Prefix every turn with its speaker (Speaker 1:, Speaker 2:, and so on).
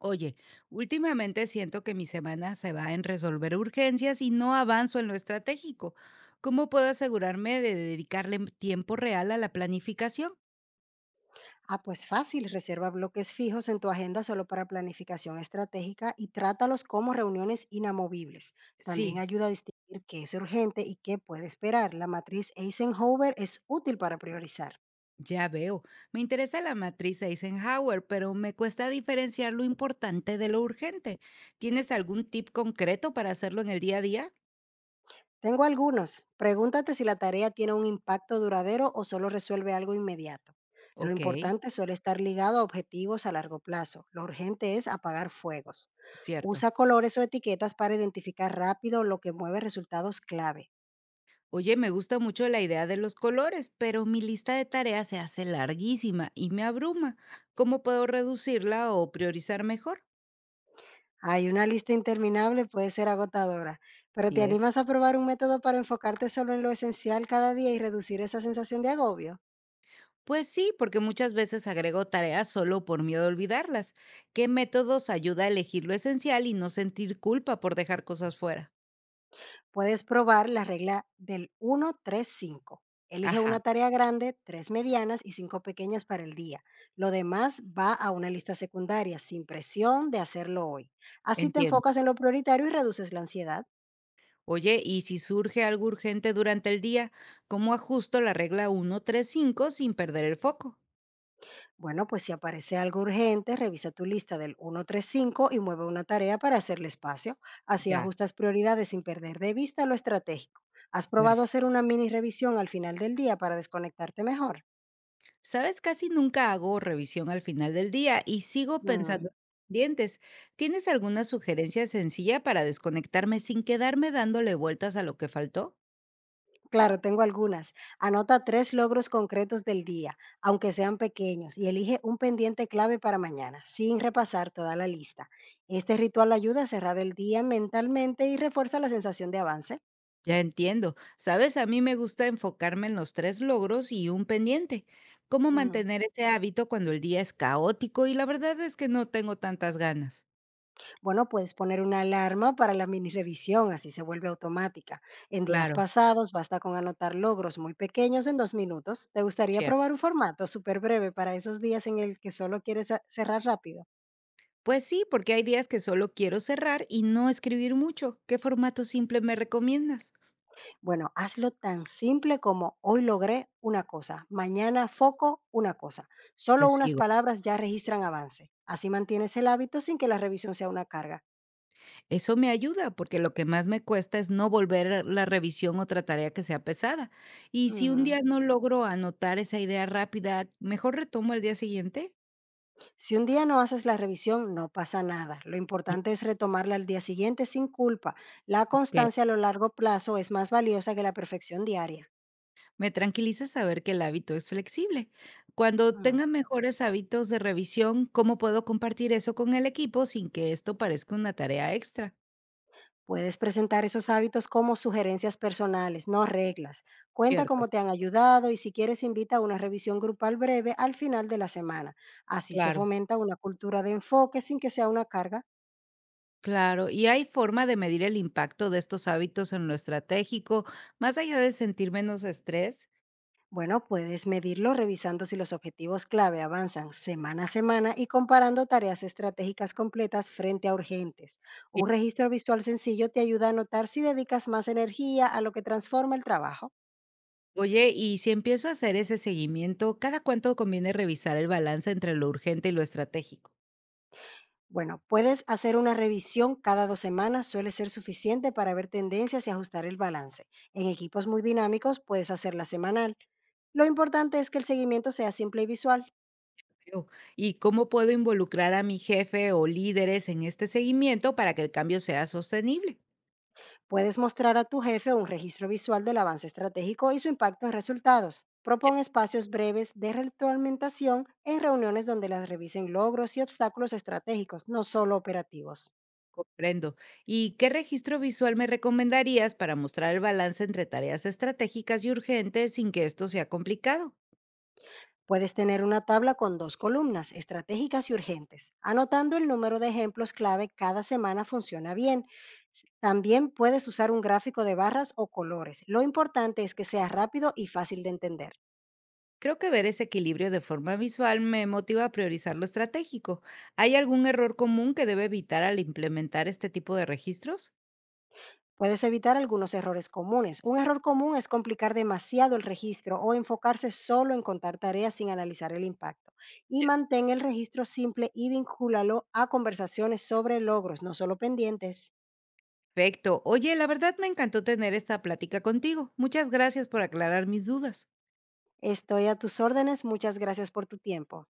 Speaker 1: Oye, últimamente siento que mi semana se va en resolver urgencias y no avanzo en lo estratégico. ¿Cómo puedo asegurarme de dedicarle tiempo real a la planificación?
Speaker 2: Ah, pues fácil, reserva bloques fijos en tu agenda solo para planificación estratégica y trátalos como reuniones inamovibles. También
Speaker 1: Sí,
Speaker 2: ayuda a distinguir qué es urgente y qué puede esperar. La matriz Eisenhower es útil para priorizar.
Speaker 1: ya veo. Me interesa la matriz Eisenhower, pero me cuesta diferenciar lo importante de lo urgente. ¿Tienes algún tip concreto para hacerlo en el día a día?
Speaker 2: Tengo algunos. Pregúntate si la tarea tiene un impacto duradero o solo resuelve algo inmediato. Lo
Speaker 1: Ok,
Speaker 2: importante suele estar ligado a objetivos a largo plazo. Lo urgente es apagar fuegos.
Speaker 1: cierto.
Speaker 2: Usa colores o etiquetas para identificar rápido lo que mueve resultados clave.
Speaker 1: Oye, me gusta mucho la idea de los colores, pero mi lista de tareas se hace larguísima y me abruma. ¿Cómo puedo reducirla o priorizar mejor?
Speaker 2: Hay una lista interminable, puede ser agotadora, pero ¿te
Speaker 1: Sí es.
Speaker 2: animas a probar un método para enfocarte solo en lo esencial cada día y reducir esa sensación de agobio?
Speaker 1: Pues sí, porque muchas veces agrego tareas solo por miedo a olvidarlas. ¿Qué métodos ayuda a elegir lo esencial y no sentir culpa por dejar cosas fuera?
Speaker 2: Puedes probar la regla del 1-3-5. Elige
Speaker 1: Ajá,
Speaker 2: una tarea grande, tres medianas y cinco pequeñas para el día. Lo demás va a una lista secundaria, sin presión de hacerlo hoy. Así te
Speaker 1: entiendo.
Speaker 2: enfocas en lo prioritario y reduces la ansiedad.
Speaker 1: Oye, y si surge algo urgente durante el día, ¿cómo ajusto la regla 1-3-5 sin perder el foco?
Speaker 2: Bueno, pues si aparece algo urgente, revisa tu lista del 135 y mueve una tarea para hacerle espacio. Así
Speaker 1: Ya,
Speaker 2: ajustas prioridades sin perder de vista lo estratégico. ¿Has probado
Speaker 1: perfecto.
Speaker 2: hacer una mini revisión al final del día para desconectarte mejor?
Speaker 1: Sabes, casi nunca hago revisión al final del día y sigo
Speaker 2: Mm,
Speaker 1: pensando en dientes. ¿Tienes alguna sugerencia sencilla para desconectarme sin quedarme dándole vueltas a lo que faltó?
Speaker 2: Claro, tengo algunas. Anota tres logros concretos del día, aunque sean pequeños, y elige un pendiente clave para mañana, sin repasar toda la lista. Este ritual ayuda a cerrar el día mentalmente y refuerza la sensación de avance.
Speaker 1: Ya entiendo. Sabes, a mí me gusta enfocarme en los tres logros y un pendiente. ¿Cómo
Speaker 2: Mm.
Speaker 1: mantener ese hábito cuando el día es caótico y la verdad es que no tengo tantas ganas?
Speaker 2: Bueno, puedes poner una alarma para la mini revisión, así se vuelve automática. En días
Speaker 1: Claro,
Speaker 2: pasados basta con anotar logros muy pequeños en 2 minutos. ¿Te gustaría
Speaker 1: cierto.
Speaker 2: probar un formato súper breve para esos días en el que solo quieres cerrar rápido?
Speaker 1: Pues sí, porque hay días que solo quiero cerrar y no escribir mucho. ¿Qué formato simple me recomiendas?
Speaker 2: Bueno, hazlo tan simple como hoy logré una cosa, mañana foco una cosa.
Speaker 1: Te
Speaker 2: Solo unas
Speaker 1: sigo.
Speaker 2: palabras ya registran avance. Así mantienes el hábito sin que la revisión sea una carga.
Speaker 1: Eso me ayuda porque lo que más me cuesta es no volver a la revisión otra tarea que sea pesada. Y si un
Speaker 2: Ujú.
Speaker 1: día no logro anotar esa idea rápida, mejor retomo al día siguiente.
Speaker 2: Si un día no haces la revisión, no pasa nada. Lo
Speaker 1: Bien,
Speaker 2: importante es retomarla al día siguiente sin culpa. La
Speaker 1: que
Speaker 2: constancia a lo largo plazo es más valiosa que la perfección diaria.
Speaker 1: me tranquiliza saber que el hábito es flexible. Cuando
Speaker 2: Mm,
Speaker 1: tenga mejores hábitos de revisión, ¿cómo puedo compartir eso con el equipo sin que esto parezca una tarea extra?
Speaker 2: Puedes presentar esos hábitos como sugerencias personales, no reglas. Cuenta
Speaker 1: Cierto.
Speaker 2: cómo te han ayudado y si quieres invita a una revisión grupal breve al final de la semana. Así se
Speaker 1: Claro.
Speaker 2: fomenta una cultura de enfoque sin que sea una carga.
Speaker 1: Claro, ¿y hay forma de medir el impacto de estos hábitos en lo estratégico, más allá de sentir menos estrés?
Speaker 2: Bueno, puedes medirlo revisando si los objetivos clave avanzan semana a semana y comparando tareas estratégicas completas frente a urgentes. Un registro visual sencillo te ayuda a notar si dedicas más energía a lo que transforma el trabajo.
Speaker 1: Oye, y si empiezo a hacer ese seguimiento, ¿cada cuánto conviene revisar el balance entre lo urgente y lo estratégico?
Speaker 2: Bueno, puedes hacer una revisión cada 2 semanas, suele ser suficiente para ver tendencias y ajustar el balance. En equipos muy dinámicos puedes hacerla semanal. Lo importante es que el seguimiento sea simple y visual.
Speaker 1: Veo. ¿Y cómo puedo involucrar a mi jefe o líderes en este seguimiento para que el cambio sea sostenible?
Speaker 2: Puedes mostrar a tu jefe un registro visual del avance estratégico y su impacto en resultados.
Speaker 1: Ya.
Speaker 2: Propon espacios breves de retroalimentación en reuniones donde las revisen logros y obstáculos estratégicos, no solo operativos.
Speaker 1: Comprendo. ¿Y qué registro visual me recomendarías para mostrar el balance entre tareas estratégicas y urgentes sin que esto sea complicado?
Speaker 2: Puedes tener una tabla con dos columnas, estratégicas y urgentes. Anotando el número de ejemplos clave cada semana funciona bien. También puedes usar un gráfico de barras o colores. Lo importante es que sea rápido y fácil de entender.
Speaker 1: Creo que ver ese equilibrio de forma visual me motiva a priorizar lo estratégico. ¿Hay algún error común que debe evitar al implementar este tipo de registros?
Speaker 2: Puedes evitar algunos errores comunes. Un error común es complicar demasiado el registro o enfocarse solo en contar tareas sin analizar el impacto. Y mantén el registro simple y vincúlalo a conversaciones sobre logros, no solo pendientes.
Speaker 1: Perfecto. Oye, la verdad me encantó tener esta plática contigo. Muchas gracias por aclarar mis dudas.
Speaker 2: Estoy a tus órdenes. Muchas gracias por tu tiempo.